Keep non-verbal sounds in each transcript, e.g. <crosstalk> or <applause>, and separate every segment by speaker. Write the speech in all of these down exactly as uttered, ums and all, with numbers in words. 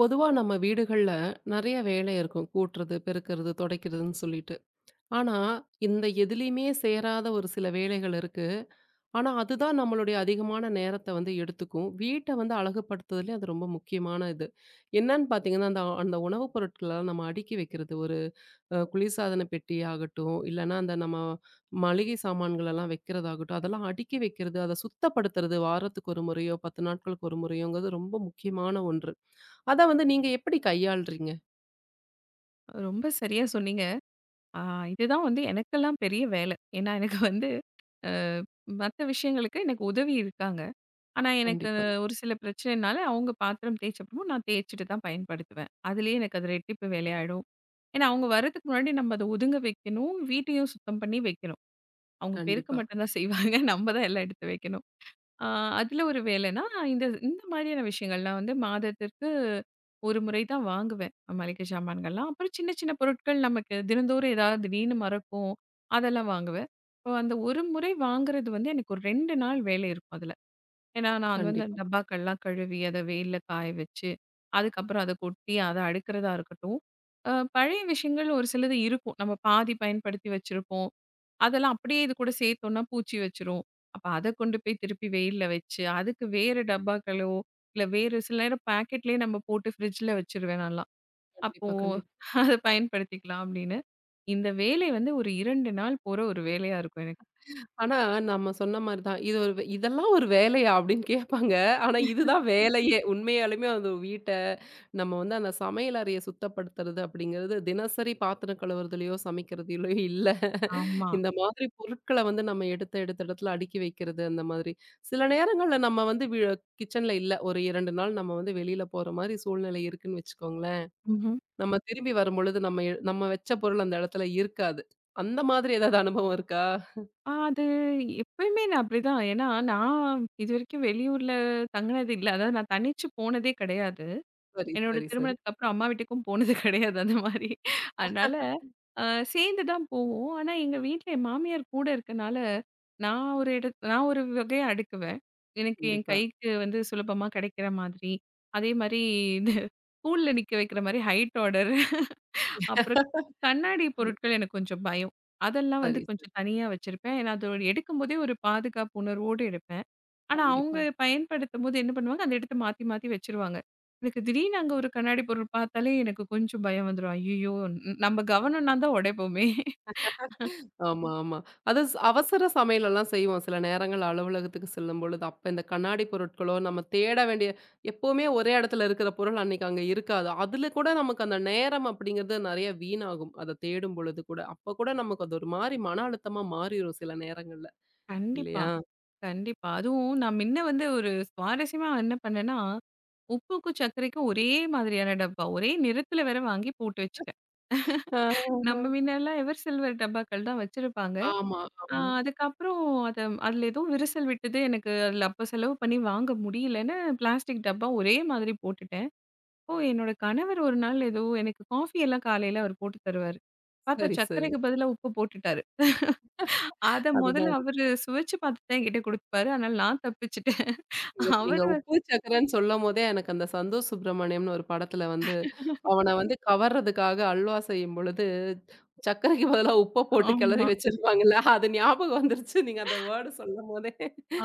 Speaker 1: பொதுவா நம்ம வீடுகள்ல நெறைய வேலை இருக்கும். கூட்டுறது, பெருக்குறது, தொடைக்கிறதுன்னு சொல்லிட்டு. ஆனா, இந்த எதுலயுமே சேராத ஒரு சில வேலைகள் இருக்கு. ஆனா, அதுதான் நம்மளுடைய அதிகமான நேரத்த வந்து எடுத்துக்கும். வீட்ட வந்து அழகுபடுத்துதலே அது ரொம்ப முக்கியமான இது. என்னன்னு பார்த்தீங்கன்னா, அந்த அந்த உணவுப் பொருட்களலாம் நம்ம அடுக்கி வைக்கிறது. ஒரு அ குளிர்சாதன பெட்டி ஆகட்டும், இல்லன்னா அந்த நம்ம மளிகை சாமான்களெல்லாம் வைக்கிறதாகட்டும், அதெல்லாம் அடுக்கி வைக்கிறது, அத சுத்தப்படுத்துறது வாரத்துக்கு ஒரு முறையோ, பத்து நாட்களுக்கு ஒரு முறையோங்கிறது ரொம்ப முக்கியமான ஒன்று. அத வந்து நீங்க எப்படி கையாள்றீங்க?
Speaker 2: ரொம்ப சரியா சொன்னீங்க. ஆ இதுதான் வந்து எனக்கெல்லாம் பெரிய வேலை. ஏன்னா எனக்கு வந்து அ மத்த விஷயங்களுக்கு எனக்கு உதவி இருக்காங்க. ஆனா எனக்கு
Speaker 1: கண்டிப்பா,
Speaker 2: ஒரு சில பிரச்சனைனால அவங்க பாத்திரம் தேய்ச்சப்போ நான் தேய்ச்சுட்டு தான் பயன்படுத்துவேன். அதுலயே எனக்கு அது ரெட்டிப்பு வேலையாயிடும். ஏன்னா அவங்க வர்றதுக்கு முன்னாடி நம்ம அத ஒதுங்க வைக்கணும். வீட்டையும் சுத்தம் பண்ணி வைக்கணும். அவங்க பெருக்க
Speaker 1: கண்டிப்பா,
Speaker 2: மட்டும் தான் செய்வாங்க. நம்ம தான் எல்லாம் எடுத்து வைக்கணும். ஆ அதில ஒரு வேலைன்னா, இந்த இந்த மாதிரியான விஷயங்கள் நான் வந்து மாதத்திற்கு ஒரு முறை தான் வாங்குவேன். மளிகை சாமான்கள்லாம். அப்புறம் சின்ன சின்ன பொருட்கள் நமக்கு தினந்தோறும் ஏதாவது திடீர்னு மறக்கும். அதெல்லாம் வாங்குவேன். இப்போ அந்த ஒரு முறை வாங்குறது வந்து எனக்கு ஒரு ரெண்டு நாள் வேலை இருக்கும் அதில. ஏன்னா நான் வந்து அந்த
Speaker 1: கண்டிப்பா,
Speaker 2: டப்பாக்கள்லாம் கழுவி, அத வெயில்ல காய வச்சு, அதுக்கப்புறம் அத கொட்டி, அத அடுக்கிறதா இருக்கட்டும். அ பழைய விஷயங்கள் ஒரு சிலது இருக்கும். நம்ம பாதி பயன்படுத்தி வச்சிருப்போம். அதெல்லாம் அப்படியே இது கூட சேர்த்தோம்னா பூச்சி வச்சிரும். அப்ப அத கொண்டு போய் திருப்பி வெயில்ல வச்சு, அதுக்கு வேறு டப்பாக்களோ, இல்ல வேறு சில நேரம் பாக்கெட்லயே நம்ம போட்டு ஃப்ரிட்ஜ்ல வச்சுருவேன் நான்லாம். அப்போ
Speaker 1: கண்டிப்பா, கண்டிப்பா.
Speaker 2: அத பயன்படுத்திக்கலாம் அப்படின்னு. இந்த வேலை வந்து ஒரு ரெண்டு நாள் போற ஒரு வேலையா இருக்கும் எனக்கு.
Speaker 1: ஆனா, நம்ம சொன்ன மாரி தான். இது ஒரு வே- "இதெல்லாம் ஒரு வேலையா?" அப்டின்னு கேட்பாங்க. ஆனா, இதுதான் வேலையே. உண்மையாலுமே அந்த வீட்ட நம்ம வந்து அந்த சமையல் அறைய சுத்தப்படுத்துறது அப்படிங்கிறது, தினசரி பாத்திரம் கழுவுறதுலயோ, சமைக்கிறதுலயோ இல்ல.
Speaker 2: ஆமா.
Speaker 1: இந்த மாதிரி பொருட்கள வந்து நம்ம எடுத்த எடுத்த இடத்துல அடுக்கி வைக்கிறது, அந்த மாதிரி. சில நேரங்கள்ல நம்ம வந்து வி கிச்சன்ல இல்ல. ஒரு ரெண்டு நாள் நம்ம வந்து வெளியில போற மாரி சூழ்நிலை இருக்குன்னு வச்சுக்கோங்களேன்.
Speaker 2: ம்ஹ்ம்.
Speaker 1: நம்ம திரும்பி வரும்பொழுது நம்ம எ நம்ம வச்ச பொருள் அந்த இடத்துல இருக்காது. அந்த மாதிரி ஏதாவது அனுபவம் இருக்கா?
Speaker 2: ஆ அது எப்பயுமே நான் அப்படிதான். ஏன்னா நான் இதுவரைக்கும் வெளியூர்ல தங்குனது இல்ல. அதாவது நான் தனிச்சு போனதே கிடையாது.
Speaker 1: சரி,
Speaker 2: என்னோட
Speaker 1: சரி, சரி.
Speaker 2: திருமணத்துக்கு அப்புறம் அம்மா வீட்டுக்கும் போனது கிடையாது அந்த மாதிரி. அதனால அ சேர்ந்து தான் போவோம். ஆனா எங்க வீட்ல என் மாமியார் கூட இருக்கனால, நான் ஒரு இடத் நான் ஒரு வகையா அடுக்குவேன். எனக்கு என்
Speaker 1: கண்டிப்பா.
Speaker 2: கைக்கு வந்து சுலபமா கிடைக்கிற மாதிரி. அதே மாரி இது ஸ்கூல்ல நிக்க வைக்கிற மாரி ஹைட் ஆர்டர். அப்புறம் கண்ணாடி பொருட்கள் எனக்கு கொஞ்சம் பயம். அதெல்லாம் வந்து
Speaker 1: சரி, சரி.
Speaker 2: கொஞ்சம் தனியா வச்சிருப்பேன். ஏன்னா, அதோட எடுக்கும்போதே ஒரு பாதுகாப்பு உணர்வோடு எடுப்பேன். ஆனா, அவங்க
Speaker 1: கண்டிப்பா.
Speaker 2: பயன்படுத்தும்போது என்ன பண்ணுவாங்க, அந்த இடத்த மாத்தி மாத்தி வச்சுருவாங்க. எனக்கு திடீர்னு அங்க ஒரு கண்ணாடி பொருள் பார்த்தாலே எனக்கு கொஞ்சம் பயம் வந்துரும். ஐய்யய்யோ! நம்ம கவனம்னா தான் உடைப்போமே.
Speaker 1: ஆமா, ஆமா. அது ஸ் அவசர சமையலெல்லாம் செய்வோம். சில நேரங்கள் அலுவலகத்துக்கு செல்லும்பொழுது, அப்ப இந்த கண்ணாடி பொருட்களோ, நம்ம தேட வேண்டிய எப்பவுமே ஒரே இடத்துல இருக்கிற பொருள் அன்னைக்கு அங்க இருக்காது. அதுல கூட நமக்கு அந்த நேரம் அப்படிங்கிறது நெறைய வீணாகும். அத தேடும் பொழுது கூட. அப்ப கூட நமக்கு அது ஒரு மாரி மன அழுத்தமா மாறிரும் சில நேரங்கள்ல.
Speaker 2: கண்டிப்பா.
Speaker 1: இல்லையா?
Speaker 2: கண்டிப்பா. அதுவும் நான் முன்ன வந்து ஒரு சுவாரஸ்யமா என்ன பண்ணேன்னா, உப்புக்கும், சர்க்கரைக்கும் ஒரே மாதிரியான டப்பா. ஒரே நிறத்தில வேற வாங்கி போட்டு வச்சுட்டேன்.
Speaker 1: ஆ,
Speaker 2: நம்ம முன்னலாம் எவர் சில்வர் டப்பாக்கள் தான் வச்சிருப்பாங்க.
Speaker 1: ஆமா,
Speaker 2: அ
Speaker 1: ஆமா.
Speaker 2: அதுக்கப்புறம் அத அதில ஏதோ விரிசல் விட்டது. எனக்கு அதில அப்ப செலவு பண்ணி வாங்க முடியலன்னு பிளாஸ்டிக் டப்பா ஒரே மாதிரி போட்டுட்டேன். ஓ! என்னோட கணவர் ஒரு நாள் ஏதோ எனக்கு காஃபி எல்லாம் காலையில அவர் போட்டு தருவாரு. பார்த்தா
Speaker 1: சரி, சரி.
Speaker 2: சர்க்கரைக்கு பதிலா உப்பு போட்டுட்டாரு. அத முதல்ல
Speaker 1: அதுதான்.
Speaker 2: அவரு சுவைச்சு பார்த்துட்டு தான் என்கிட்ட குடுப்பாரு. அதனால நான் தப்பிச்சுட்டேன்.
Speaker 1: எனக்கு நீங்க
Speaker 2: அவரு வந்
Speaker 1: உப்பு சக்கரன்னு சொல்லும்போதே, எனக்கு அந்த சந்தோஷ் சுப்ரமணியம்னு ஒரு படத்துல வந்து, அவன வந்து கவர்றதுக்காக அல்வா செய்யும்பொழுது, சர்க்கரைக்கு பதிலா உப்ப போட்டு கிளறி
Speaker 2: ஆமா,
Speaker 1: வச்சிருப்பாங்கல்ல, அது ஞாபகம் வந்துருச்சு. நீங்க அந்த வேர்டு சொல்லும்போதே.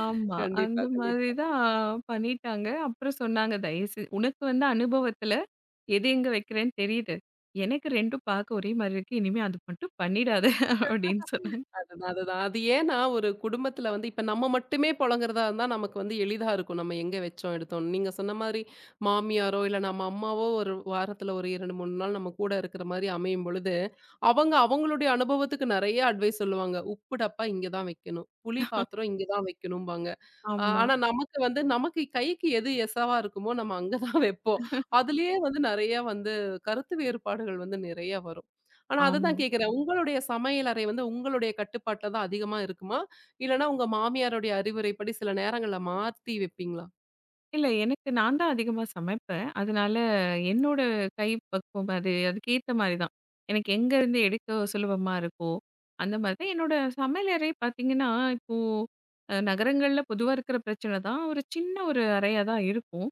Speaker 2: ஆமா.
Speaker 1: கண்டிப்பா,
Speaker 2: அந்த மாதிரி
Speaker 1: கண்டிப்பா.
Speaker 2: தான் பண்ணிட்டாங்க. அப்புறம் சொன்னாங்க, "தயவுசெய் உனக்கு வந்து அனுபவத்துல எது எங்க வைக்கிறேன்னு தெரியுது. எனக்கு 2ம் பார்க்க ஒரே மாரி இருக்கு. இனிமே அது மட்டும் பண்ணிடாத" அப்படின்னு சொன்னாங்க.
Speaker 1: அதுதான், அதுதான். அது ஏன்னா ஒரு குடும்பத்துல வந்து இப்ப நம்ம மட்டுமே புழங்குறதா இருந்தா, நமக்கு வந்து எளிதா இருக்கும். நம்ம எங்க வச்சோம், எடுத்தோம். நீங்க சொன்ன மாரி மாமியாரோ, இல்ல நம்ம அம்மாவோ ஒரு வாரத்துல ஒரு ரெண்டு, மூணு நாள் நம்ம கூட இருக்கிற மாரி அமையும் பொழுது, அவங்க அவங்களுடைய அனுபவத்துக்கு நெறைய அட்வைஸ் சொல்லுவாங்க. "உப்பு டப்பா இங்க தான் வைக்கணும். புளி பாத்திரம் இங்க தான் வைக்கணும்பாங்க." அ
Speaker 2: ஆமா,
Speaker 1: ஆனா நமக்கு வந்து நமக்கு கைக்கு எது எசவா இருக்குமோ நம்ம அங்க தான் <laughs> வைப்போம். அதுலயே வந்து நெறைய வந்து கருத்து வேறுபாடுகள் வந்து நெறைய வரும். ஆனா
Speaker 2: ஆமா.
Speaker 1: அததான் கேட்கிறேன். உங்களுடைய சமையல் அறை வந்து உங்களுடைய கட்டுப்பாட்ல தான் அதிகமா இருக்குமா? இல்லன்னா உங்க மாமியாருடைய அறிவுரைப்படி சில நேரங்கள்ல மாத்தி வைப்பீங்களா?
Speaker 2: இல்ல. எனக்கு நான் தான் அதிகமா சமைப்பேன். அதனால என்னோட கை பக்குவம் அது அதுக்கேத்த மாரி தான். எனக்கு எங்கேருந்து எடுக்க சுலபமா இருக்கோ, அந்த மாரி தான். என்னோட சமையலறை பார்த்தீங்கன்னா, இப்போ அ நகரங்கள்ல பொதுவா இருக்கிற பிரச்சனை தான். ஒரு சின்ன ஒரு அறையா தான் இருக்கும்.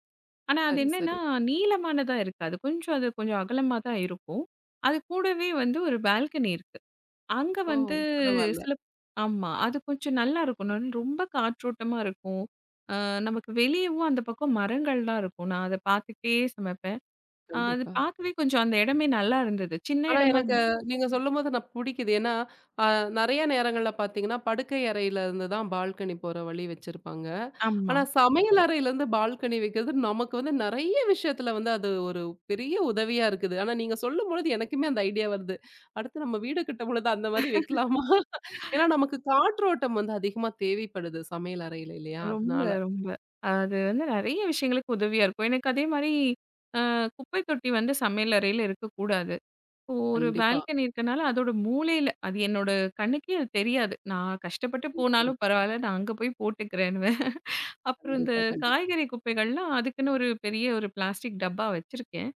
Speaker 2: ஆனா அது
Speaker 1: சரி,
Speaker 2: என்னன்னா,
Speaker 1: சரி.
Speaker 2: நீளமானதா இருக்காது. கொஞ்சம் அது கொஞ்சம் அகலமா தான் இருக்கும். அது கூடவே வந்து ஒரு பால்கனி இருக்கு. அங்க
Speaker 1: ஓ!
Speaker 2: வந்து
Speaker 1: பரவால்ல.
Speaker 2: சில ஆமா. அது கொஞ்சம் நல்லா இருக்கும். நல் ரொம்ப காற்றோட்டமா இருக்கும். அ நமக்கு வெளியவும் அந்த பக்கம் மரங்கள்லாம் இருக்கும். நான் அத பார்த்துக்கிட்டே சமைப்பேன். அ அது
Speaker 1: கண்டிப்பா.
Speaker 2: பார்க்கவே கொஞ்சம் அந்த இடமே நல்லா இருந்தது. சின்ன
Speaker 1: ஆனா
Speaker 2: இடமா இரு
Speaker 1: எனக்கு நீங்க சொல்லும்போது நான் புடிக்குது. ஏன்னா, அ நெறைய நேரங்கள்ல பார்த்தீங்கன்னா, படுக்கை அறையில இருந்து தான் பால்கனி போற வழி வச்சிருப்பாங்க.
Speaker 2: ஆமா.
Speaker 1: ஆனா, சமையல் அறையிலேருந்து பால்கனி வைக்கிறது நமக்கு வந்து நெறைய விஷயத்துல வந்து அது ஒரு பெரிய உதவியா இருக்குது. ஆனா, நீங்க சொல்லும்பொழுது எனக்குமே அந்த ஐடியா வருது. அடுத்து நம்ம வீடு கட்டும் பொழுது அந்த மாரி வைக்கலாமா? <laughs> ஏன்னா, நமக்கு காற்றோட்டம் வந்து அதிகமா தேவைப்படுது சமையல் அறையில இல்லையா?
Speaker 2: ரொம்ப,
Speaker 1: அதனால.
Speaker 2: ரொம்ப. அது வந்து நெறைய விஷயங்களுக்கு உதவியா இருக்கும். எனக்கு அதே மாரி அ குப்பை தொட்டி வந்து சமையல் அறையில இருக்கக்கூடாது. இப்போ ஒரு
Speaker 1: கண்டிப்பா.
Speaker 2: பால்கனி இருக்கனால அதோட மூலையில அது என்னோட கண்ணுக்கே அது தெரியாது. நான் கஷ்டப்பட்டு
Speaker 1: சரி, சரி.
Speaker 2: போனாலும் பரவால்ல. நான் அங்க போய் போட்டுக்கிறேன். அப்புறம் இந்த
Speaker 1: கண்டிப்பா, கண்டிப்பா.
Speaker 2: காய்கறி குப்பைகள்லாம் அதுக்குன்னு ஒரு பெரிய ஒரு பிளாஸ்டிக் டப்பா வச்சிருக்கேன்.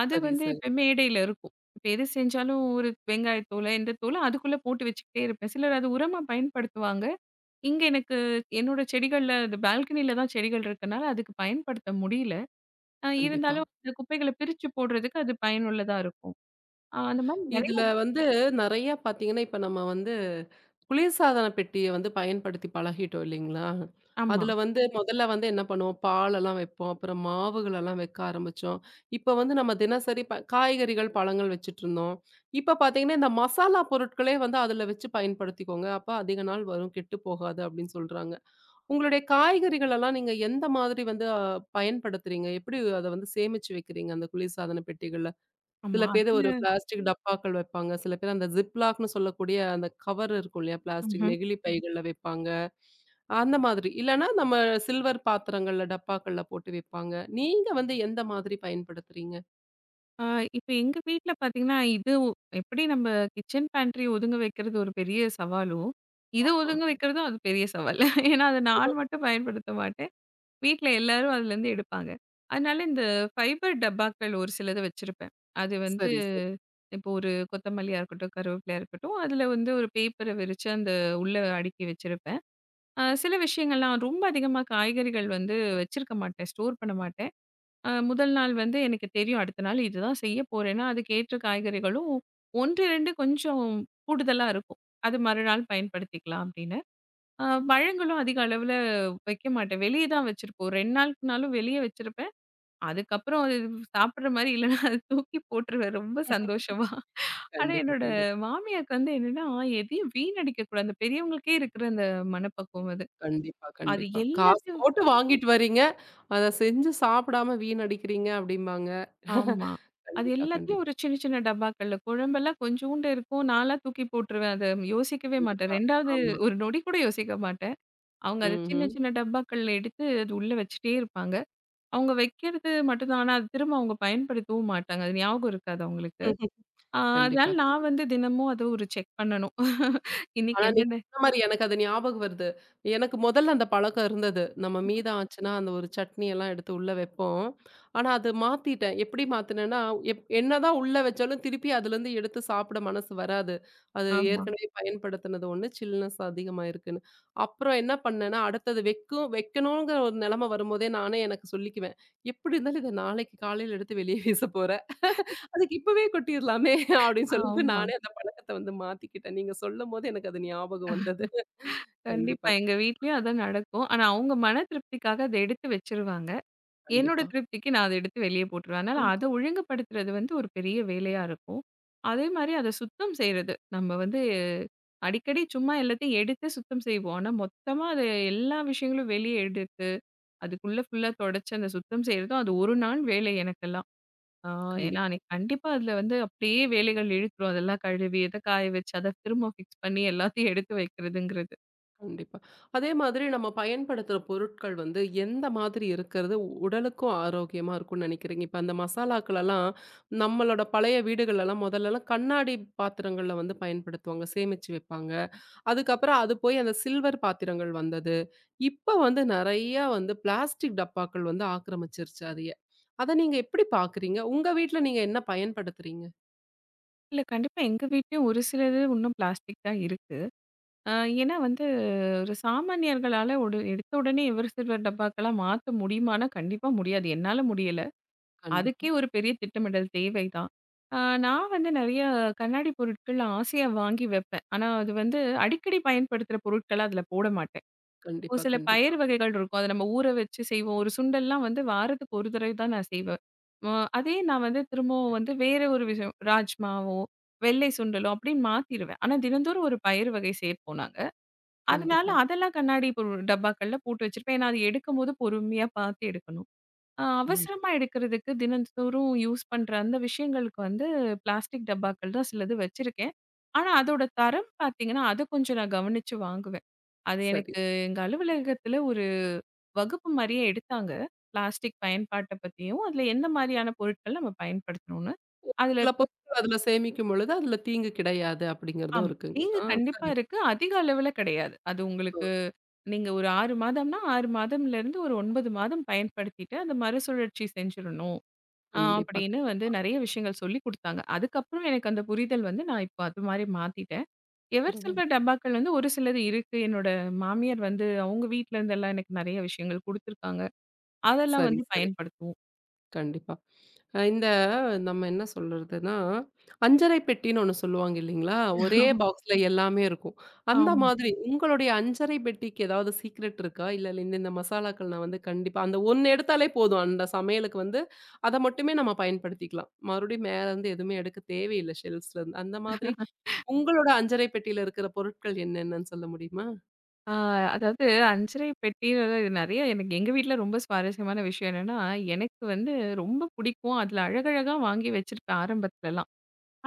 Speaker 2: அது
Speaker 1: சரி,
Speaker 2: வந்து
Speaker 1: சரி.
Speaker 2: இப்ப மேடையில இருக்கும். இப்ப எது செஞ்சாலும் ஒரு வெங்காயத்தூள, இந்த தூள அதுக்குள்ள போட்டு வச்சுக்கிட்டே இருப்பேன். சிலர் அது உரமா பயன்படுத்துவாங்க. இங்க எனக்கு என்னோட செடிகள்ல அது பால்கனில தான் செடிகள் இருக்கனால அதுக்கு பயன்படுத்த முடியல. அ
Speaker 1: கண்டிப்பா.
Speaker 2: இருந்தாலும் இந்த குப்பைகள பிரிச்சு போடுறதுக்கு அது பயனுள்ளதா இருக்கும். அ அந்த மாரி நெறைய
Speaker 1: இதுல வந்து நெறைய பாத்தீங்கன்னா, இப்ப நம்ம வந்து குளிர்சாதன பெட்டிய வந்து பயன்படுத்தி பழகிட்டோம் இல்லைங்களா?
Speaker 2: ஆமா,
Speaker 1: அதுல வந்து முதல்ல வந்து என்ன பண்ணுவோம், பாலெல்லாம் வைப்போம். அப்புறம் மாவுகளெல்லாம் வைக்க ஆரம்பிச்சோம். இப்ப வந்து நம்ம தினசரி ப காய்கறிகள், பழங்கள் வச்சுட்டுருந்தோம். இப்ப பாத்தீங்கன்னா, இந்த மசாலா பொருட்களே வந்து அதுல வச்சு பயன்படுத்திக்கோங்க. அப்ப அதிக நாள் வரும், கெட்டு போகாது அப்படின்னு சொல்றாங்க. உங்களுடைய காய்கறிகளெல்லாம் நீங்க எந்த மாதிரி வந்து அ பயன்படுத்துறீங்க? எப்படி அத வந்து சேமிச்சு வைக்கிறீங்க அந்த குளிர்சாதன பெட்டிகள? சில
Speaker 2: ஆமா.
Speaker 1: பேரு
Speaker 2: அதுல
Speaker 1: ஒரு பிளாஸ்டிக் டப்பாக்கள் வைப்பாங்க. சில பேர் அந்த ஜிப்லாக்ன்னு சொல்லக்கூடிய அந்த கவர் இருக்கும் இல்லையா? பிளாஸ்டிக்
Speaker 2: ம்ஹ்ம்.
Speaker 1: நெகிழி பைகள்ல வைப்பாங்க. அந்த மாதிரி. இல்லன்னா நம்ம சில்வர் பாத்திரங்கள்ல, டப்பாக்கள்ல போட்டு வைப்பாங்க. நீங்க வந்து எந்த மாதிரி பயன்படுத்துறீங்க?
Speaker 2: ஆ, இப்ப எங்க வீட்ல பார்த்தீங்கன்னா, இது ஒ எப்படி நம்ம கிச்சன் பேண்ட்ரி ஒதுங்க வைக்கிறது ஒரு பெரிய சவாலோ, இத
Speaker 1: ஆமா.
Speaker 2: ஒதுங்க வைக்கிறதும் அது பெரிய சவால். <laughs> ஏன்னா, அத நான் மட்டும் பயன்படுத்த மாட்டேன். வீட்ல எல்லாரும் அதுலேருந்து எடுப்பாங்க. அதனால இந்த ஃபைபர் டப்பாக்கள் ஒரு சிலது வச்சிருப்பேன். அது வந்து
Speaker 1: சரி, சரி.
Speaker 2: இப்போ ஒரு கொத்தமல்லியா இருக்கட்டும், கருவேப்பிலையா இருக்கட்டும், அதுல வந்து ஒரு பேப்பர விரிச்சு அந்த உள்ள அடுக்கி வச்சிருப்பேன். அ சில விஷயங்கள்லாம் ரொம்ப அதிகமா காய்கறிகள் வந்து வச்சிருக்க மாட்டேன். ஸ்டோர் பண்ண மாட்டேன். அ முதல் நாள் வந்து எனக்கு தெரியும் அடுத்த நாள் இதுதான் செய்ய போறேன்னா, அதுக்கேற்ற காய்கறிகளும் ஒன்று, ரெண்டு கொஞ்சம் கூடுதலா இருக்கும். அது மறுநாள் பயன்படுத்திக்கலாம் அப்படின்னு. அ பழங்களும் அதிக அளவுல வைக்க மாட்டேன். வெளிய தான் வச்சிருப்போம். ரெண்டு நாளுக்குனாலும் வெளிய வச்சிருப்பேன். அதுக்கப்புறம் அது சாப்பிடுற மாரி இல்லைன்னா, அது தூக்கி போட்டுருவேன் ரொம்ப சந்தோஷமா. ஆனா,
Speaker 1: கண்டிப்பா,
Speaker 2: என்னோட
Speaker 1: கண்டிப்பா.
Speaker 2: மாமியாருக்கு வந்து என்னன்னா, எதையும் வீணடிக்க கூடாது. அந்த பெரியவங்களுக்கே இருக்கிற அந்த மனப்பக்குவம் அது.
Speaker 1: கண்டிப்பா,
Speaker 2: அது
Speaker 1: கண்டிப்பா. காசு
Speaker 2: எல்லாத்தையும்
Speaker 1: போட்டு வாங்கிட்டு வரீங்க. அத செஞ்சு சாப்பிடாம வீணடிக்கிறீங்க அப்டிம்பாங்க.
Speaker 2: ஆமா. அது
Speaker 1: கண்டிப்பா,
Speaker 2: எல்லாத்தையும்
Speaker 1: கண்டிப்பா,
Speaker 2: ஒரு சின்ன சின்ன டப்பாக்கள்ல குழம்பெல்லாம் கொஞ்சூண்டு இருக்கும். நான்லாம் தூக்கி போட்டுருவேன். அத யோசிக்கவே மாட்டேன்.
Speaker 1: கண்டிப்பா.
Speaker 2: 2வது
Speaker 1: ஆமா.
Speaker 2: ஒரு நொடி கூட யோசிக்க மாட்டேன். அவங்க அத சின்ன
Speaker 1: ம்ஹ்ம்.
Speaker 2: சின்ன டப்பாக்கள்ல எடுத்து அது உள்ள வச்சுட்டே இருப்பாங்க. அவங்க வைக்கிறது மட்டும் தான். ஆனா, அது திரும்ப அவங்க பயன்படுத்தவும் மாட்டாங்க. அது ஞாபகம் இருக்காது அவங்களுக்கு.
Speaker 1: <laughs>
Speaker 2: அ அதனால
Speaker 1: கண்டிப்பா.
Speaker 2: நான் வந்து தினமும் அத ஒரு செக் பண்ணணும். <laughs> இன்னைக்கு
Speaker 1: ஆனா நீங்க
Speaker 2: என்னென்ன
Speaker 1: சொன்ன மாரி எனக்கு அது ஞாபகம் வருது. எனக்கு முதல்ல அந்த பழக்கம் இருந்தது. நம்ம மீதம் ஆச்சுன்னா, அந்த ஒரு சட்னி எல்லாம் எடுத்து உள்ள வைப்போம். ஆனா, அது மாத்திட்டேன். எப்படி மாத்துனேன்னா, எப் என்னதான் உள்ள வச்சாலும் திருப்பி அதுலருந்து எடுத்து சாப்பிட மனசு வராது. அது
Speaker 2: ஆமா,
Speaker 1: ஏற்கனவே பயன்படுத்தினது ஒண்ணு, சில்னஸ் அதிகமா இருக்குன்னு. அப்புறம் என்ன பண்ணேன்னா, அடுத்தது வெக்கும் வைக்கணுங்கிற ஒரு நிலைமை வரும்போதே நானே எனக்கு சொல்லிக்குவேன். எப்படி இருந்தாலும் இத நாளைக்கு காலையில எடுத்து வெளியே வீச போறேன். அதுக்கு இப்பவே கொட்டிர்லாமே <laughs> அப்படின்னு சொல்லிட்டு
Speaker 2: ஆமா.
Speaker 1: நானே அந்த பழக்கத்த வந்து மாத்திக்கிட்டேன். நீங்க சொல்லும்போது எனக்கு அது ஞாபகம் வந்தது.
Speaker 2: கண்டிப்பா.
Speaker 1: கண்டிப்பா,
Speaker 2: எங்க
Speaker 1: கண்டிப்பா,
Speaker 2: வீட்லயும் அதான் நடக்கும். ஆனா அவங்க மன திருப்திக்காக அத எடுத்து வச்சுருவாங்க. என்னோட
Speaker 1: கண்டிப்பா.
Speaker 2: திருப்திக்கு நான் அத எடுத்து வெளிய போட்டுருவேன். அதனால
Speaker 1: ம்.
Speaker 2: அத ஒழுங்குபடுத்துறது வந்து ஒரு பெரிய வேலையா இருக்கும். அதே மாரி அத சுத்தம் செய்றது. நம்ம வந்து அடிக்கடி சும்மா எல்லாத்தையும் எடுத்து சுத்தம் செய்வோம். ஆனா, மொத்தமா அது எல்லா விஷயங்களும் வெளிய எடுத்து, அதுக்குள்ள ஃபுல்லா தொடச்சு அந்த சுத்தம் செய்றதும் அது ஒரு நாள் வேலை எனக்கெல்லாம். ஆ ஏன்னா
Speaker 1: கண்டிப்பா,
Speaker 2: அன்னைக்கு கண்டிப்பா அதுல வந்து அப்படியே வேலைகள் இழுத்துரும். அதெல்லாம் கழுவி, அத காய வச்சு, அத திரும்ப ஃபிக்ஸ் பண்ணி எல்லாத்தையும் எடுத்து வைக்கிறதுங்கிறது.
Speaker 1: கண்டிப்பா. அதே மாதிரி நம்ம பயன்படுத்துற பொருட்கள் வந்து எந்த மாதிரி இருக்கிறது உடலுக்கும் ஆரோக்கியமா இருக்கும்னு நினைக்கிறீங்க? இப்ப அந்த மசாலாக்கள் எல்லாம் நம்மளோட பழைய வீடுகள்லாம் முதல்லலாம் கண்ணாடி பாத்திரங்கள்ல வந்து பயன்படுத்துவாங்க, சேமிச்சு வைப்பாங்க. அதுக்கப்புறம் அது போய் அந்த சில்வர் பாத்திரங்கள் வந்தது. இப்ப வந்து நெறைய வந்து பிளாஸ்டிக் டப்பாக்கள் வந்து ஆக்கிரமிச்சிருச்சு அதைய. அத நீங்க எப்படி பார்க்குறீங்க? உங்க வீட்ல நீங்க என்ன பயன்படுத்துறீங்க?
Speaker 2: இல்ல கண்டிப்பா எங்க வீட்லயும் ஒரு சிலது இன்னும் பிளாஸ்டிக் தான் இருக்கு. அ ஏன்னா வந்து ஒரு சாமானியர்களால ஒரு எடுத்த உடனே எவர் சில்வர் டப்பாக்களா மாத்த முடியுமான்னா, கண்டிப்பா முடியாது. என்னால முடியல.
Speaker 1: கண்டிப்பா,
Speaker 2: அதுக்கே ஒரு பெரிய திட்டமிடல் தேவைதான். ஆ நான் வந்து நெறைய கண்ணாடி பொருட்கள் ஆசையா வாங்கி வைப்பேன். ஆனா அது வந்து அடிக்கடி பயன்படுத்துற பொருட்கள அதில போட மாட்டேன். ஒரு
Speaker 1: கண்டிப்பா,
Speaker 2: சில
Speaker 1: கண்டிப்பா,
Speaker 2: பயறு வகைகள் இருக்கும். அத நம்ம ஊற வச்சு செய்வோம். ஒரு சுண்டல்லாம் வந்து வாரத்துக்கு ஒரு தடவை தான் நான் செய்வேன். அ அதே நான் வந்து திரும்பவும் வந்து வேற ஒரு விஷயம் ராஜ்மாவோ, வெள்ளை சுண்டலோ அப்படின்னு மாத்திருவேன். ஆனா தினந்தோறும் ஒரு பயறு வகை சேர்ப்போம் நாங்க. அதனால
Speaker 1: கண்டிப்பா,
Speaker 2: அதெல்லாம் கண்ணாடி இப்போ டப்பாக்கள்ல போட்டு வச்சிருப்பேன். ஏன்னா, அது எடுக்கும்போது பொறுமையா பார்த்து எடுக்கணும். அ
Speaker 1: கண்டி
Speaker 2: அவசரமா எடுக்கிறதுக்கு தினந்தோறும் யூஸ் பண்ற அந்த விஷயங்களுக்கு வந்து பிளாஸ்டிக் டப்பாக்கள் தான் சிலது வச்சிருக்கேன். ஆனா, அதோட தரம் பார்த்தீங்கன்னா, அத கொஞ்சம் நான் கவனிச்சு வாங்குவேன். அது
Speaker 1: சரி.
Speaker 2: எனக்கு எங்க அலுவலகத்துல ஒரு வகுப்பு மாரியே எடுத்தாங்க. பிளாஸ்டிக் பயன்பாட்ட பத்தியும், அதுல எந்த மாரியான பொருட்கள் நம்ம பயன்படுத்தணும்னு. அதுல
Speaker 1: சில
Speaker 2: இருக்க
Speaker 1: பொருட்கள் அதுல சேமிக்கும் பொழுது அதுல தீங்கு கிடையாது அப்படிங்கிறதும்
Speaker 2: ஆமா.
Speaker 1: இருக்குங்க.
Speaker 2: இங்க
Speaker 1: ஆ
Speaker 2: கண்டிப்பா
Speaker 1: சரி.
Speaker 2: இருக்கு. அதிக அளவுல கிடையாது. அது
Speaker 1: ஓ!
Speaker 2: உங்களுக்கு நீங்க ஒரு ஆறு மாதம்னா, ஆறு மாதம்லேருந்து ஒரு ஒன்பது மாதம் பயன்படுத்திட்டு, அந்த மறுசுழற்சி செஞ்சிரணும். அ
Speaker 1: கண்டிப்பா,
Speaker 2: அப்படின்னு வந்து
Speaker 1: கண்டிப்பா.
Speaker 2: நெறைய விஷயங்கள் சொல்லிக் குடுத்தாங்க. அதுக்கப்புறம் எனக்கு அந்த புரிதல் வந்து நான் இப்போ அது மாரி மாத்திட்டேன். எவர்
Speaker 1: பரவால்ல.
Speaker 2: சில்வர் டப்பாக்கள் வந்து ஒரு சிலது இருக்கு. என்னோட மாமியார் வந்து அவங்க வீட்ல இருந்தெல்லாம் எனக்கு நெறைய விஷயங்கள் குடுத்துருக்காங்க. அதெல்லாம்
Speaker 1: சரி,
Speaker 2: வந்து
Speaker 1: சரி.
Speaker 2: பயன்படுத்துவோம்.
Speaker 1: கண்டிப்பா. அ இந்த நம்ம என்ன சொல்றதுன்னா, அஞ்சறை பெட்டின்னு ஒண்ணு சொல்லுவாங்க இல்லைங்களா? ஒரே பாக்ஸ்ல எல்லாமே இருக்கும். அந்த
Speaker 2: ஆமா.
Speaker 1: மாதிரி உங்களுடைய அஞ்சறை பெட்டிக்கு ஏதாவது சீக்ரெட் இருக்கா? இல்ல இல்ல இந்த இந்த மசாலாக்கள் நான் வந்து கண்டிப்பா அந்த ஒண்ணு எடுத்தாலே போதும். அந்த சமையலுக்கு வந்து அத மட்டுமே நம்ம பயன்படுத்திக்கலாம். மறுபடியும் மேல இருந்து எதுவுமே எடுக்க தேவையில்ல ஷெல்ஃப்ஸ்ல இருந்து. அந்த மாதிரி உங்களோட அஞ்சறை பெட்டியில இருக்கிற பொருட்கள் என்னென்னன்னு சொல்ல முடியுமா?
Speaker 2: ஆ அதாவது அஞ்சரை பெட்டில நெறைய எனக்கு எங்க வீட்ல ரொம்ப சுவாரஸ்யமான விஷயம் என்னன்னா, எனக்கு வந்து ரொம்ப பிடிக்கும். அதில அழகழகா வாங்கி வச்சிருப்பேன் ஆரம்பத்துலலாம்.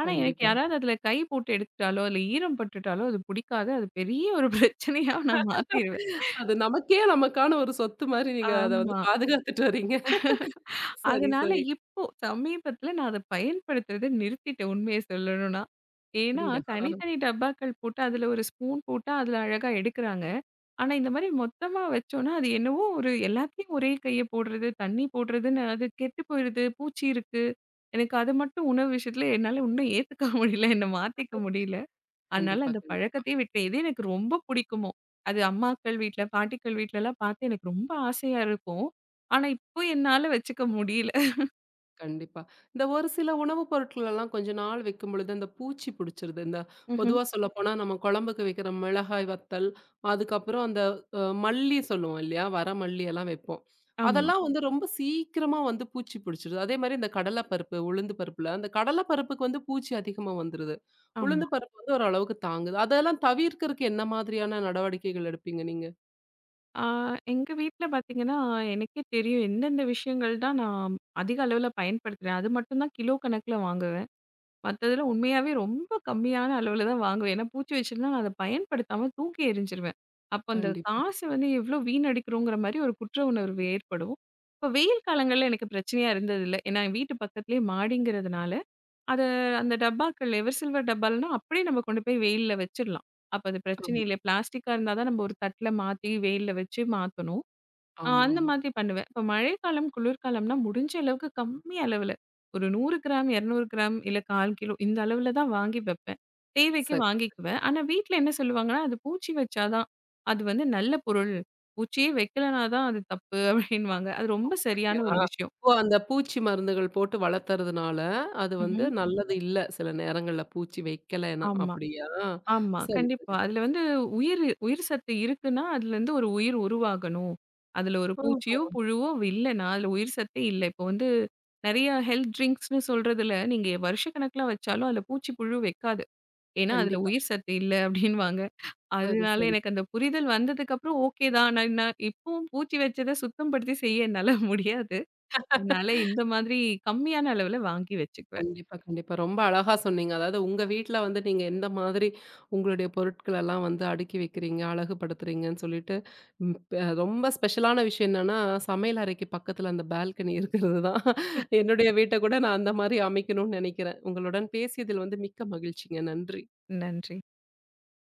Speaker 2: ஆனா எனக்கு
Speaker 1: கண்டிப்பா.
Speaker 2: யாராவது அதில கை போட்டு எடுத்துட்டாலோ, இல்ல ஈரம் பட்டுட்டாலோ அது பிடிக்காது. அது பெரிய ஒரு பிரச்சனையா நான் மாத்திருவேன்.
Speaker 1: அது நமக்கே நமக்கான ஒரு சொத்து மாரி நீங்க அத வந்து
Speaker 2: ஆமா.
Speaker 1: பாதுகாத்துட்டு வர்றீங்க. சரி,
Speaker 2: அதனால
Speaker 1: சரி.
Speaker 2: இப்போ சமீபத்தில நான் அத பயன்படுத்துறத நிறுத்திட்டேன் உண்மைய சொல்லணும்னா. ஏன்னா
Speaker 1: அப்படியா?
Speaker 2: தனித்தனி டப்பாக்கள் போட்டு அதில ஒரு ஸ்பூன் போட்டா அதில அழகா எடுக்குறாங்க. ஆனா, இந்த மாரி மொத்தமா வச்சோம்னா, அது என்னவோ ஒரு எல்லாத்தையும் ஒரே கைய போடுறது, தண்ணி போடுறதுன்னு அது கெட்டு போயிடுது, பூச்சி இருக்கு. எனக்கு அது மட்டும் உணவு விஷயத்துல என்னால இன்னும் ஏத்துக்க <laughs> முடியல. என்ன மாத்திக்க முடியல. அதனால
Speaker 1: கண்டிப்பா,
Speaker 2: அந்த
Speaker 1: கண்டிப்பா,
Speaker 2: பழக்கத்தையே விட்டேன். இதே எனக்கு ரொம்ப பிடிக்குமோ! அது அம்மாக்கள் வீட்ல, பாட்டிக்கள் வீட்லலாம் பார்த்து எனக்கு ரொம்ப ஆசையா இருக்கும். ஆனா, இப்போ என்னால வச்சுக்க முடியல.
Speaker 1: கண்டிப்பா. இந்த ஒரு சில உணவு பொருட்கள் எல்லாம் கொஞ்ச நாள் வைக்கும் பொழுது, அந்த பூச்சி புடிச்சிருது. இந்த
Speaker 2: ம்ஹ்ம்.
Speaker 1: பொதுவா சொல்லப்போனா, நம்ம குழம்புக்கு வைக்கிற மிளகாய் வத்தல், அதுக்கப்புறம் அந்த அ மல்லி சொல்லுவோம் இல்லையா? வர மல்லி எல்லாம் வைப்போம்.
Speaker 2: ஆமா,
Speaker 1: அதெல்லாம் வந்து ரொம்ப சீக்கிரமா வந்து பூச்சி புடிச்சிருது. அதே மாரி இந்த கடல பருப்பு, உளுந்து பருப்புல, அந்த கடல பருப்புக்கு வந்து பூச்சி அதிகமா வந்துருது. உளுந்து
Speaker 2: ஆமா.
Speaker 1: பருப்பு வந்து ஓரளவுக்கு தாங்குது. அதெல்லாம் தவிர்க்கறக்கு என்ன மாதிரியான நடவடிக்கைகள் எடுப்பீங்க நீங்க?
Speaker 2: ஆ எங்க வீட்ல பார்த்தீங்கன்னா, எனக்கே தெரியும் எந்தெந்த விஷயங்கள் தான் நான் அதிக அளவுல பயன்படுத்துறேன். அது மட்டும் தான் கிலோ கணக்குல வாங்க மத்ததுல உண்மையாவே ரொம்ப கம்மியான அளவுல தான் வாங்குவேன். ஏன்னா பூச்சி வச்சிருந்தா நான் அத பயன்படுத்தாம தூக்கி எறிஞ்சிருவேன். அப்ப அந்த
Speaker 1: கண்டிப்பா.
Speaker 2: காசு வந்து எவ்ளோ வீணடிக்கிறோங்கிற மாரி ஒரு குற்ற உணர்வு ஏற்படும். இப்ப வெயில் காலங்கள்ல எனக்கு பிரச்சனையா இருந்ததில்ல. ஏன்னா என் வீட்டு பக்கத்திலேயே மாடிங்கிறதுனால, அத அந்த டப்பாக்கள் எவர் சில்வர் டப்பாலனா அப்படியே நம்ம கொண்டு போய் வெயில்ல வச்சிரலாம். அப்ப அது பிரச்சனை
Speaker 1: ஆமா,
Speaker 2: இல்ல. பிளாஸ்டிக்கா இருந்தா தான் நம்ம ஒரு தட்ல மாத்தி வெயில்ல வச்சு மாத்தணும். ஆ
Speaker 1: ஆமா,
Speaker 2: அந்த
Speaker 1: ஆமா.
Speaker 2: மாதிரி பண்ணுவேன். இப்ப மழைக்காலம், குளிர்காலம்னா முடிஞ்ச அளவுக்கு கம்மி அளவுல, ஒரு நூறு கிராம், இருநூறு கிராம் இல்ல கால் கிலோ இந்த அளவுல தான் வாங்கி வைப்பேன். தேவைக்கு
Speaker 1: சரி.
Speaker 2: வாங்கிக்குவேன். ஆனா வீட்ல என்ன சொல்லுவாங்கன்னா, "அது பூச்சி வச்சா தான், அது வந்து நல்ல பொருள். பூச்சியே வைக்கலனா தான் அது தப்பு" அப்படின்னுவாங்க. அது ரொம்ப
Speaker 1: அப்படியா?
Speaker 2: சரியான ஒரு விஷயம்.
Speaker 1: ஓ! அந்த பூச்சி மருந்துகள் போட்டு வளர்த்துறதுனால, அது வந்து
Speaker 2: ம்ஹ்ம்.
Speaker 1: நல்லது இல்ல. சில நேரங்கள்ல பூச்சி வைக்கலன்னா,
Speaker 2: ஆமா.
Speaker 1: அப்படியா?
Speaker 2: ஆமா.
Speaker 1: சரி,
Speaker 2: கண்டிப்பா.
Speaker 1: சரி,
Speaker 2: அதுல
Speaker 1: சரி, சரி.
Speaker 2: வந்து உயிர் உயிர் சத்து இருக்குன்னா, அதுலருந்து ஒரு உயிர் உருவாகணும். அதுல ஒரு பூச்சியோ,
Speaker 1: ஆஹ.
Speaker 2: புழுவோ இல்லன்னா, அதுல உயிர் சத்தே இல்ல. இப்போ வந்து நெறைய ஹெல்த் ட்ரிங்க்ஸ்ன்னு சொல்றதுல, நீங்க வருஷக்கணக்குல வச்சாலும் அதுல பூச்சி, புழு வைக்காது. ஏன்னா, அதுல
Speaker 1: கண்டிப்பா.
Speaker 2: உயிர் சத்து இல்ல அப்டின்னுவாங்க.
Speaker 1: சரி, சரி,
Speaker 2: அதனால
Speaker 1: சரி.
Speaker 2: எனக்கு அந்த புரிதல் வந்ததுக்கப்புறம் ஓகே தான். நான் நான் இப்பவும் பூச்சி வச்சத சுத்தம் படுத்தி செய்ய என்னால <laughs> முடியாது. அதனால இந்த மாதிரி கம்மியான அளவுல வாங்கி வச்சுக்குவேன்.
Speaker 1: கண்டிப்பா, கண்டிப்பா. ரொம்ப அழகா சொன்னீங்க. அதாவது உங்க வீட்ல வந்து நீங்க எந்த மாதிரி உங்களுடைய பொருட்களெல்லாம் வந்து அடுக்கி வைக்கிறீங்க, அழகுபடுத்துறீங்கன்னு சொல்லிட்டு, ம் ப ரொம்ப ஸ்பெஷலான விஷயம் என்னன்னா, சமையல் அறைக்கு பக்கத்துல அந்த பால்கனி இருக்கிறது தான். என்னுடைய வீட்ட கூட நான் அந்த மாரி அமைக்கணும்னு நெனைக்கிறேன். உங்களுடன் பேசியதில் வந்து மிக்க மகிழ்ச்சிங்க. நன்றி.
Speaker 2: நன்றி.